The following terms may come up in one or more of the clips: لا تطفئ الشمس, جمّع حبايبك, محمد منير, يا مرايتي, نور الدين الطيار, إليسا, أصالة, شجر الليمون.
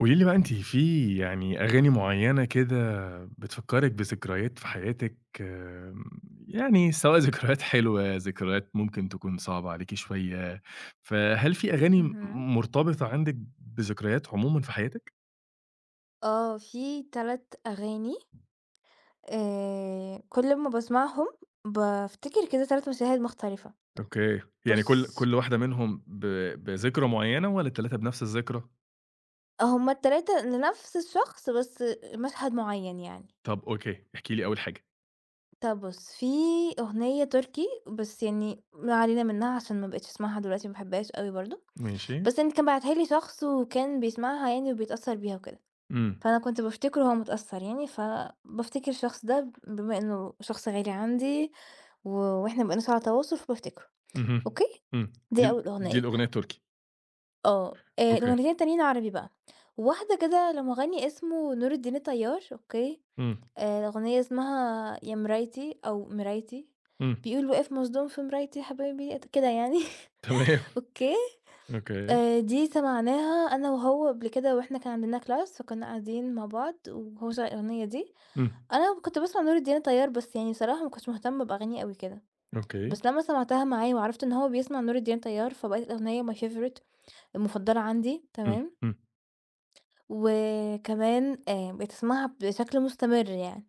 قولي لي بقى أنتِ في يعني أغاني معيّنة كده بتفكّرِك بذكريات في حياتِك، يعني سواء ذكريات حلوة، ذكريات ممكن تكون صعبة عليكِ شوية، فهل في أغاني اهم. مرتبطة عندِك بذكريات عمومًا في حياتِك؟ آه، في 3 أغاني كل ما باسمعهم بافتكر كده 3 مشاهد مختلفة. أوكي، يعني كل بُص، كل واحدة منهم بذكرى معيّنة والّا ال3 بنفس الذكرى؟ هُم ال3 لنفس الشخص بس مشهد معيّن يعني. طب أوكي، احكي لي أول حاجة. طَب بُص، في أغنية تركي بس يعني ما علينا منها عشان ما بقيتش أسمعها دلوقتي ما باحبهاش أوي برضه، ماشي، بس يعني كان باعتها لي شخص وكان بيسمعها يعني وبيتأثّر بيها وكده، إمم، فأنا كنت بافتكر هو متأثّر يعني، فبافتكر الشخص ده بما إنه شخص غالي عندي وإحنا ما بقيناش على تواصل فبافتكره، اهم، أوكي؟ إمم، دي أول دي أغنية الأغنية التركي، آه، أوكي، الأغنيتين التانيين عربي بقى، واحدة كده لمُغني اسمه نور الدين الطيار، أوكي؟ إمم، الأغنية اسمها يا مرايتي أو مرايتي، إمم، بيقول واقف مصدوم في مرايتي حبايبي ات كده يعني تمام، أوكي، أوكي، دي سمعناها أنا وهو قبل كده وإحنا كان عندنا class فكنا قاعدين مع بعض وهو شغّل الأغنية دي، إمم. أنا كنت باسمع نور الدين طيار بس يعني بصراحة ما كنتش مهتمة بأغانيه أوي كده، أوكي. بس لمّا سمعتها معاه وعرفت إن هو بيسمع نور الدين طيار فبقت الأغنية my favorite المفضلة عندي إمم، تمام، إمم. وكمان بقيت أسمعها بشكل مستمر يعني.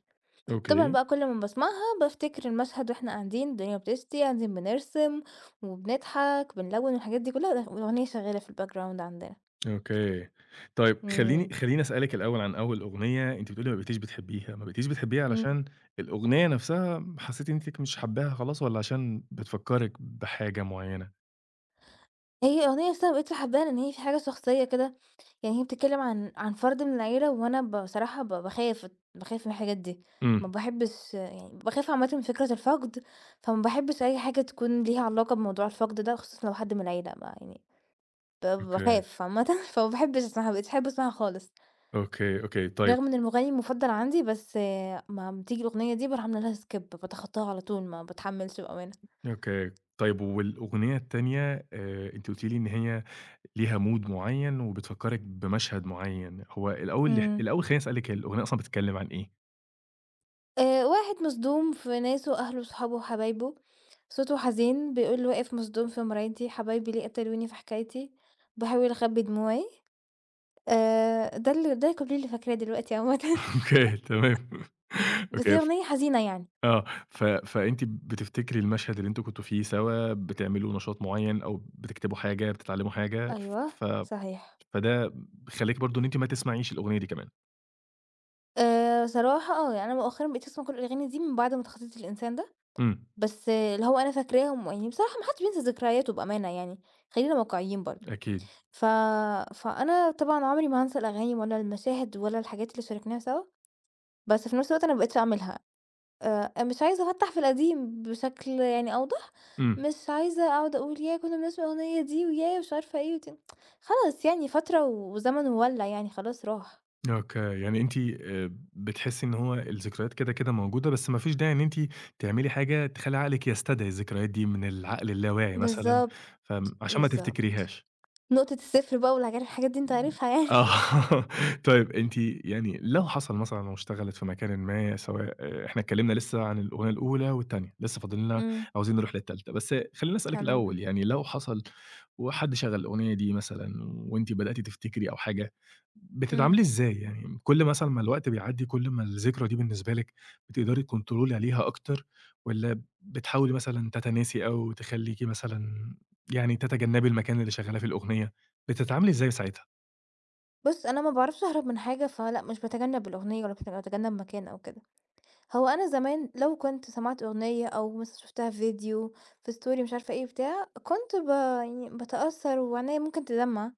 طبعًا أوكي، بقى كل ما باسمعها بافتكر المشهد وإحنا قاعدين الدنيا بتشتي، قاعدين بنرسم وبنضحك، بنلوّن والحاجات دي كلّها لا والأغنية شغّالة في الbackground عندنا. أوكي. طيب خلّيني إمم. خلّيني أسألِك الأول عن أول أغنية أنتِ بتقولي ما بقيتيش بتحبّيها، إمم. علشان الأغنية نَفْسها حسّيتِ إنِّك مش حابّاها خلاص والّا عشان بتفكّرِك بحاجة معيّنة؟ هي الأغنية أصلًا ما بقيتش حاباها لإن هي في حاجة شخصية كده، يعني هي بتتكلّم عن فرد من العيلة وأنا بصراحة ب باخاف باخاف من الحاجات دي، ما إمم. باحبّش يعني باخاف عامةً من فكرة الفقد، فما باحبّش أي حاجة تكون ليها علاقة بموضوع الفقد ده خصوصًا لو حد من العيلة بقى يعني أوكي، باخاف عامةً فما باحبّش أسمعها، ما بقيتش أحب أسمعها خالص. أوكي، أوكي. طيب رغم إن المغني المفضل عندي، بس ما أمّا تيجي الأغنية دي باروح عاملة لها skip باتخطاها على طول ما باتحمّلش بأمانة. أوكي. طيب والأغنية التانية أنتِ قُلتِ لي إن هي ليها mood معيّن وبتفكّرِك بمشهد معيّن، هو الأول إمم. الأول خلّيني أسألِك هي الأغنية أصلًا بتتكلّم عن إيه؟ واحد مصدوم في ناسه، أهله وصحابه وحبايبه، صوته حزين بيقول واقف مصدوم في مرايتي، حبايبي ليه قتلوني في حكايتي، باحاول أخبّي دموعي. ده الكوبليه اللي فاكراه دلوقتي عامةً أوكي تمام. بس أوكي. هي أغنية حزينة يعني. آه، فأنتِ بتفتكري المشهد اللي أنتم كنتم فيه سوا، بتعملوا نشاط معيّن أو بتكتبوا حاجة، بتتعلموا حاجة، أيوه، ف صحيح. فده خلّاكِ برضه إن أنتِ ما تسمعيش الأغنية دي كمان. صراحة يعني أنا مؤخرًا بقيت أسمع كل الأغاني دي من بعد ما تخطيت الإنسان ده. إمم، بس اللي هو أنا فاكراهم يعني بصراحة ما حدش بينسى ذكرياته بأمانة يعني، خلّينا واقعيين برضه. أكيد، ف فأنا طبعًا عمري ما هانسى الأغاني ولا المشاهد ولا الحاجات اللي شاركناها سوا، بس في نفس الوقت أنا ما بقيتش أعملها. مش عايزة أفتح في القديم بشكل يعني أوضح، إمم، مش عايزة أقعد أقول ياه كنا بنسمع الأغنية دي، وياه مش عارفة إيه خلاص يعني فترة وزمن وولّع يعني خلاص راح. أوكي، يعني أنتِ، بتحسي إن هو الذكريات كده، كده موجودة، بس ما فيش داعي إن أنتِ تعملي حاجة تخلّي عقلِك يستدعي الذكريات دي من العقل اللاواعي مثلًا، بالضبط، عشان ما بالضبط. تفتكريهاش. نقطة الصفر بقى الحاجات دي أنت عارفها يعني. آه طيب أنتِ يعني لو حصل مثلًا لو اشتغلت في مكانٍ ما سواء، إحنا اتكلمنا لسه عن الأغنية الأولى والتانية، لسه فاضل لنا إمم، عاوزين نروح للتالتة، بس خلّيني أسألِك هنروح. الأول يعني لو حصل وحد شغّل الأغنية دي مثلًا وأنتِ بدأتِ تفتكري أو حاجة، إمم. بتتعاملي إزاي؟ يعني كل مثلًا ما الوقت بيعدّي كل ما الذكرى دي بالنسبة لِك بتقدري تكنترولي عليها أكتر، والّا بتحاولي مثلًا تتناسي أو تخلّيكِ مثلًا يعني تتجنبي المكان اللي شغّالة فيه الأغنية، بتتعاملي إزاي ساعتها؟ بُص، أنا ما باعرفش أهرب من حاجة، فلأ مش باتجنب الأغنية ولا باتجنب مكان أو كده. هو أنا زمان لو كنت سمعت أغنية أو مثلًا شُفتها في فيديو، في story مش عارفة إيه بتاع، كنت يعني باتأثّر وعينيّا ممكن تدمّع،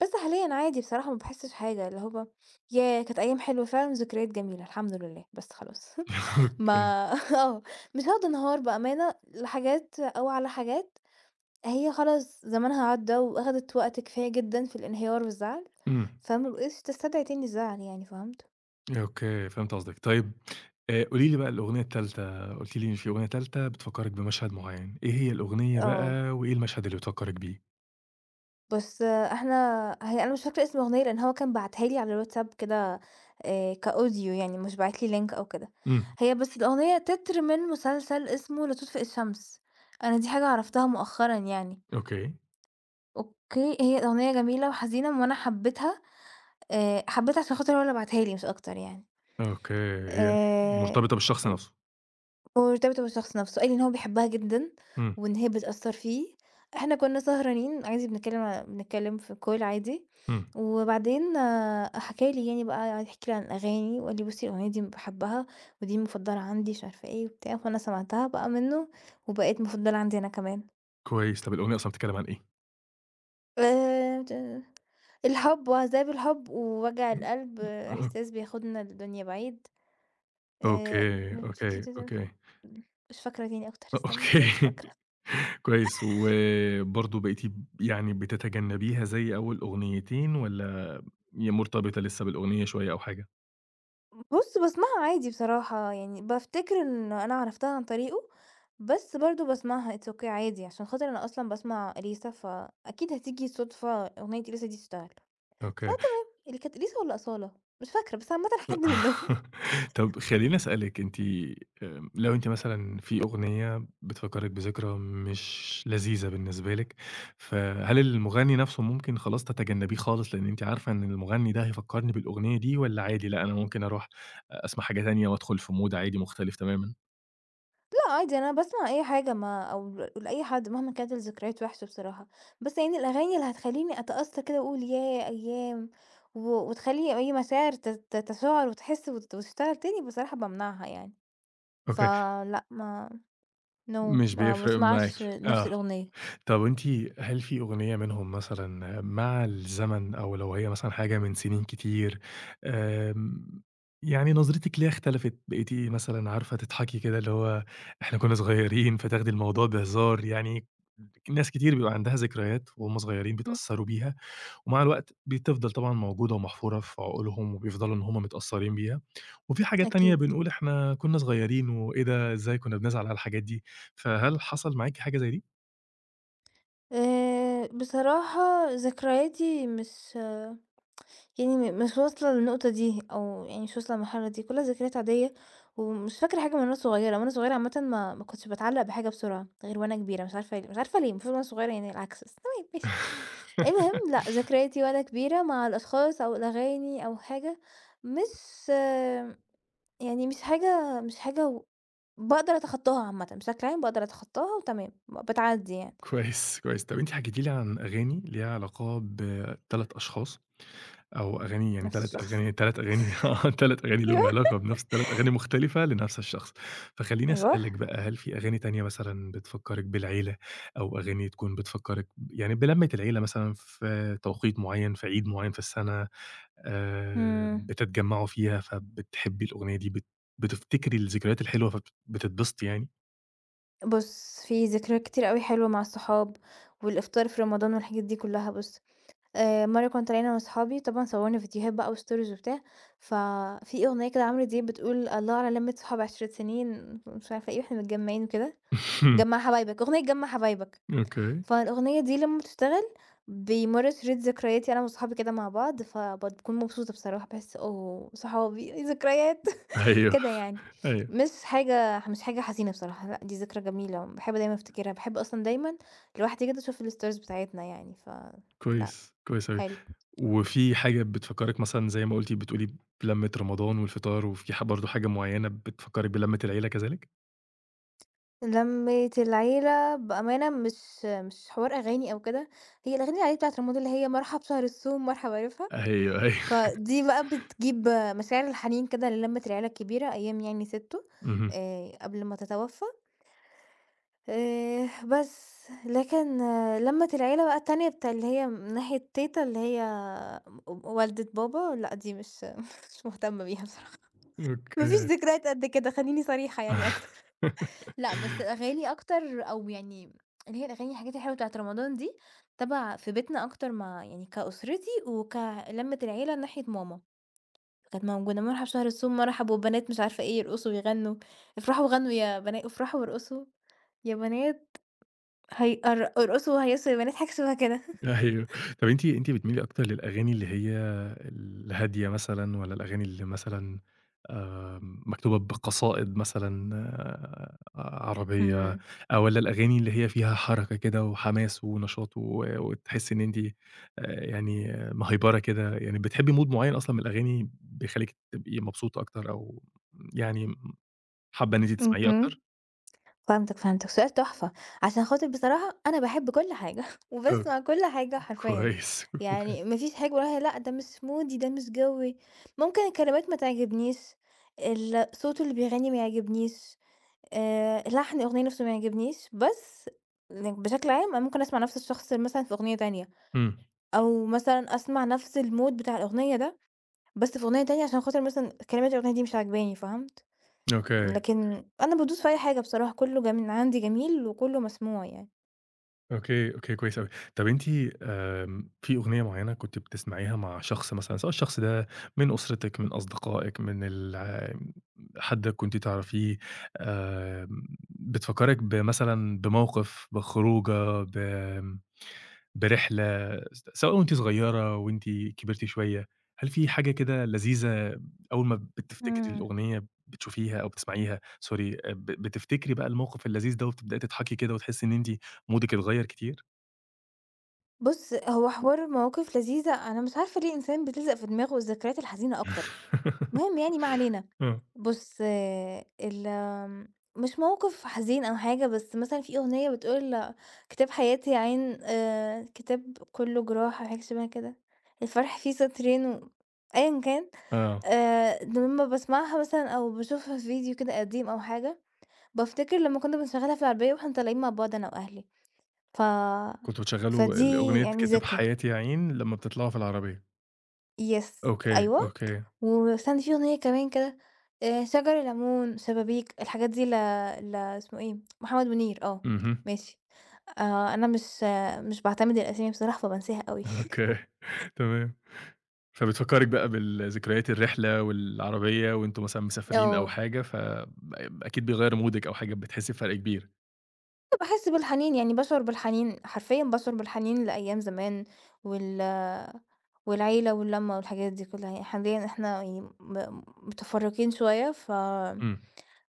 بس حاليًا عادي بصراحة ما باحسّش حاجة، اللي هو ياه! كانت أيام حلوة فعلًا وذكريات جميلة الحمد لله، بس خلاص. أوكي. ما آه، مش هاقعد أنهار بأمانة لحاجات أو على حاجات هي خلاص زمانها عدّى وأخدت وقت كفاية جدًا في الانهيار والزعل، إمم. فما بقِتش تستدعي تاني الزعل يعني، فهمت؟ أوكي، فهمت قصدِك. طيب قولي لي بقى الأغنية التالتة، قُلتِ لي إن في أغنية تالتة بتفكّرِك بمشهد معيّن، إيه هي الأغنية آه، بقى وإيه المشهد اللي بتفكّرِك بيه؟ بس إحنا هي أنا مش فاكرة اسم الأغنية لإن هو كان باعتها لي على الواتساب كده كaudio يعني مش باعت لي link أو كده، إمم. هي بس الأغنية تتر من مسلسل اسمه لا تطفئ الشمس، أنا دي حاجة عرفتها مؤخرًا يعني، أوكي، أوكي، هي أغنية جميلة وحزينة وأنا حبيتها حبيتها عشان خاطر هو اللي باعتها لي مش أكتر يعني، أوكي. هي آآ مرتبطة بالشخص نَفْسه. هو مرتبطة بالشخص نفسه، قال لي إن هو بيحبها جدًا، إمم، وإن هي بتأثّر فيه. إحنا كنا سهرانين عادي بنتكلم في call عادي، إمم. وبعدين حكى لي يعني بقى قعد يحكي لي عن الأغاني، وقال لي: "بُصّي الأغنية دي باحبها، ودي المفضلة عندي." مش عارفة إيه وبتاع، فأنا سمعتها بقى منه، وبقت مفضلة عندي أنا كمان. كويس. طب الأغنية أصلًا بتتكلّم عن إيه؟ ت الحب وعذاب الحب ووجع القلب، أ إحساس بياخدنا لدنيا بعيد. أوكي، م ت ت أوكي، ت ت أوكي. مش فاكرة تاني أكتر، استنى أوكي. كده مش فاكرة. كويس. وبرضه بقيتِ، يعني بتتجنّبيها زي أول أغنيتين والّا هي مرتبطة لسّه بالأغنية شوية أو حاجة؟ بُص باسمعها عادي بصراحة، يعني بافتكر إن أنا عرفتها عن طريقه، بس برضه باسمعها it's okay عادي، عشان خاطر أنا أصلًا باسمع إليسا، فأكيد هتيجي صدفة أغنية إليسا دي تشتغل، أوكي. فتمام. اللي كانت إليسا والّا أصالة؟ مش فاكرة، بس عامةً حد منهم. طب خلّيني أسألِك أنتِ، لو أنتِ مثلًا في أغنية بتفكّرِك بذكرى مش لذيذة بالنسبة لِك، فهل المغني نَفْسه ممكن خلاص تتجنّبيه خالص لإن أنتِ عارفة إن المغني ده هيفكّرني بالأغنية دي والّا عادي لأ، أنا ممكن أروح أسمع حاجة تانية وأدخُل في mood عادي مختلف تمامًا؟ لأ عادي أنا باسمع أي حاجة ما أو لأي حد مهما كانت الذكريات وحشة بصراحة، بس يعني الأغاني اللي هتخلّيني أتأثر كده وأقول ياه أيام، و وتخلّي أي مشاعر ت ت تشعُر وتحس وتشتغل تاني، بصراحة بامنعها يعني، أوكي. فلأ ما نو No مش ما بيفرق معاكِ، باسمعش نفس آه. الأغنية. طب وأنتِ هل في أغنية منهم مثلًا مع الزمن أو لو هي مثلًا حاجة من سنين كتير، آمم، يعني نظرتِك ليها اختلفت، بقيتِ مثلًا عارفة تضحكي كده اللي هو إحنا كنا صغيرين، فتاخدي الموضوع بهزار، يعني ناس كتير بيبقى عندها ذكريات وهُم صغيرين إمم. بيتأثّروا بيها، ومع الوقت بتفضل طبعًا موجودة ومحفورة في عقولهم وبيفضلوا إن هُم متأثّرين بيها، وفي حاجات تانية أكيد. بنقول إحنا كنا صغيرين وإيه ده إزاي كنا بنزعل على الحاجات دي، فهل حصل معاكِ حاجة زي دي؟ بصراحة ذكرياتي مش آه، يعني مش واصلة للنقطة دي أو يعني مش واصلة للمرحلة دي، كلّها ذكريات عادية ومش فاكرة حاجة من وأنا صغيرة. وأنا صغيرة عامةً ما كنتش باتعلّق بحاجة بسرعة غير وأنا كبيرة، مش عارفة ليه مش عارفة ليه، المفروض وأنا صغيرة يعني العكس، بس تمام ماشي. المهم لأ، ذكرياتي وأنا كبيرة مع الأشخاص أو الأغاني أو حاجة مش يعني مش حاجة و باقدر أتخطاها عامةً، بشكل عام باقدر أتخطاها وتمام، بتعدّي يعني، كويس، كويس. طب أنتِ حكيتِ لي عن أغاني ليها علاقة ب3 أشخاص أو أغاني يعني نفْس 3 الشخص. أغاني 3 أغاني آه، 3 أغاني ليهم أيوه. علاقة بنفس 3 أغاني مختلفة لنفس الشخص. فخلّيني أيوه، أسألِك بقى، هل في أغاني تانية مثلًا بتفكّرِك بالعيلة أو أغاني تكون بتفكّرِك، يعني بلمّة العيلة مثلًا في توقيت معيّن، في عيد معيّن في السَنة، إمم، بتتجمّعوا فيها فبتحبّي الأغنية دي، بتفتكري الذكريات الحلوة بتتبسطي يعني؟ بُص في ذكريات كتير أوي حلوة مع الصحاب، والإفطار في رمضان والحاجات دي كلّها بُص، مرّة كنت طالعين أنا وأصحابي طبعًا صوّرنا فيديوهات بقى وstories وبتاع، ففي أغنية كده لعمرو دياب بتقول: "الله على لمّة صحاب 10 سنين" مش عارفة إيه، "وإحنا متجمّعين" وكده، "جمّع حبايبك" أغنية جمّع حبايبك. أوكي. فالأغنية دي لمّا بتشتغل بيمر شريط ذكرياتي أنا وصحابي كده مع بعض، فباكون مبسوطة بصراحة، باحس أوه! صحابي ذكريات أيوه، كده يعني، أيوه. مش حاجة حزينة بصراحة، لأ دي ذكرى جميلة، باحب دايمًا أفتكرها، باحب أصلًا دايمًا لوحدي كده أشوف الstories بتاعتنا يعني، ف لأ كويس، كويس أوي. حلو. وفي حاجة بتفكّرِك مثلًا زي ما قُلتِ بتقولي بلمّة رمضان والفطار، وفي برضه حاجة معيّنة بتفكّرِك بلمّة العيلة كذلك؟ لمّة العيلة بأمانة مش حوار أغاني أو كده، هي الأغاني العادية بتاعة رمضان اللي هي مرحب شهر الصوم مرحب، عارفها؟ أيوه، أيوه. فدي بقى بتجيب مشاعر الحنين كده للمّة العيلة الكبيرة أيام يعني سِتّو اهم. قبل ما تتوفى بس، لكن آه، لمّة العيلة بقى التانية بتاع اللي هي من ناحية تيتة اللي هي م والدة بابا لأ دي مش مش مهتمة بيها بصراحة، ما فيش أوكي. ذكريات قد كده خلّيني صريحة يعني أكتر. لأ، بس أغاني أكتر أو يعني اللي هي الأغاني الحاجات الحلوة بتاعة رمضان دي تَبَع في بيتنا أكتر مع يعني كأسرتي وكلمة العيلة ناحية ماما. كانت موجودة مرحب شهر الصوم مرحب، والبنات مش عارفة إيه يرقصوا ويغنوا، افرحوا وغنوا يا بنا افرحوا وارقصوا يا بنات هي ارقصوا وهيصوا يا بنات، حاجة شبه كده. أيوه. طَب أنتِ بتميلي أكتر للأغاني اللي هي الهادية مثلًا والّا الأغاني اللي مثلًا مكتوبة بقصائد مثلًا، آه، عربية إمم، أو والّا الأغاني اللي هي فيها حركة كده وحماس ونشاط و وتحسّي إن أنتِ، يعني آه، مهيبرة كده، يعني بتحبّي mood معيّن أصلًا من الأغاني بيخلّيكِ تبقي مبسوطة أكتر أو يعني حابة إن أنتِ تسمعيه اهم. أكتر؟ فهمتك، فهمتك، سؤال تحفة، عشان خاطر بصراحة أنا باحب كل حاجة آه، وباسمع كل حاجة حرفيًا، كويس، أوكي. يعني ما فيش حاجة باقولها لأ، ده مش مودي، ده مش جوّي، ممكن الكلمات ما تعجبنيش، صوته اللي بيغني ما يعجبنيش، لحن الأغنية نفسه ما يعجبنيش، بس يعني بشكل عام أنا ممكن أسمع نفس الشخص مثلًا في أغنية تانية، إمم، أو مثلًا أسمع نفس الmood بتاع الأغنية ده، بس في أغنية تانية عشان خاطر مثلًا كلمات الأغنية دي مش عاجباني، فاهم؟ أوكي. لكن أنا بادوس في أي حاجة بصراحة، كُلّه جم عندي جميل وكُلّه مسموع يعني. أوكي، أوكي، كويس أوي. طَب أنتِ، في أغنية معيّنة كنتِ بتسمعيها مع شخص مثلًا، سواء الشخص ده من أسرتِك، من أصدقائِك، من الع حد كنتِ تعرفيه، آمم، بتفكّرِك بمثلًا بموقف، بخروجة، ب آمم، برحلة، سواء وأنتِ صغيرة، وأنتِ كبرتِ شوية، هل في حاجة كده لذيذة أول ما بتفتكري إمم. الأغنية بتشوفيها أو بتسمعيها sorry، بتفتكري بقى الموقف اللذيذ ده وبتبدئي تضحكي كده وتحسّي إن أنتِ مودِك اتغيّر كتير؟ بُص، هو حوار مواقف لذيذة أنا مش عارفة ليه الإنسان بتلزق في دماغه الذكريات الحزينة أكتر، المهم يعني ما علينا. آه، بُص آه، ال آمم، مش موقف حزين أو حاجة، بس مثلًا في أغنية بتقول كتاب حياتي يا عين كتاب كُلّه جراح أو حاجة شبه كده، الفرح فيه سطرين و أيًا كان آه، لمّا باسمعها مثلًا أو باشوفها في فيديو كده قديم أو حاجة بافتكر لمّا كنا بنشغّلها في العربية واحنا طالعين مع بعض أنا وأهلي، ف كنتم بتشغّلوا فدي أغنية يعني كتاب ذكرى، حياتي يا عين لمّا بتطلعوا في العربية، يس، أوكي، أيوه، أوكي، واستني في أغنية كمان كده شجر الليمون، شبابيك، الحاجات دي ل ل اسمه إيه، محمد منير آه، اهم، ماشي. أنا مش آه، مش باعتمد الأسامي بصراحة فبانساها أوي. أوكي، تمام، فبتفكّرِك بقى بالذكريات الرحلة والعربية وأنتم مثلًا مسافرين أو آه. حاجة، أكيد بيغيّر مودِك أو حاجة بتحسّي بفرْق كبير، باحس بالحنين، يعني باشعر بالحنين حرفيًا باشعر بالحنين لأيام زمان وال والعيلة واللمة والحاجات دي كلّها، يعني حاليًا إحنا يعني متفرّقين شوية، ف إمم.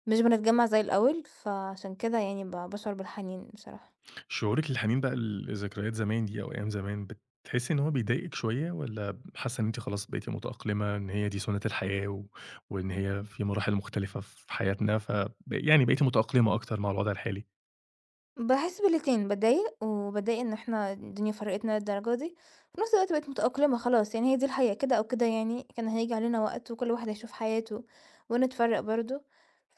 مش بنتجمّع زي الأول، فعشان كده يعني باشعر بالحنين بصراحة. شعورِك الحنين بقى لذكريات زمان دي أو أيام زمان، بتحسّي إن هو بيضايقِك شوية والّا حاسة إن أنتِ خلاص بقيتِ متأقلمة إن هي دي سُنّة الحياة و وإن هي في مراحل مختلفة في حياتنا يعني بقيتِ متأقلمة أكتر مع الوضع الحالي؟ باحس بالاتنين، باتضايق وباتضايق إن إحنا الدنيا فرقتنا للدرجة دي، في نفس الوقت بقيت متأقلمة خلاص، يعني هي دي الحياة كده أو كده يعني، كان هييجي علينا وقت وكل واحد هيشوف حياته ونتفرّق برضه،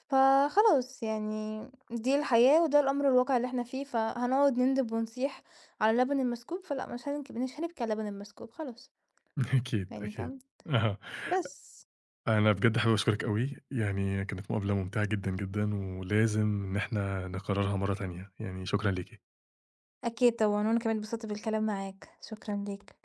فخلاص يعني دي الحياة وده الأمر الواقع اللي إحنا فيه، فهنقعد نندب ونصيح على لبن المسكوب، فلأ مش هنبكي على لبن المسكوب خلاص، أكيد، يعني أكيد. فاهم؟ أها. بس. أنا بجد حابب أشكرِك أوي، يعني كانت مقابلة ممتعة جدًا، جدًا ولازم إن إحنا نكررها مرّة تانية، يعني شكرًا ليكِ. أكيد طبعًا، وأنا كمان اتبسطت بالكلام معاك، شكرًا ليك.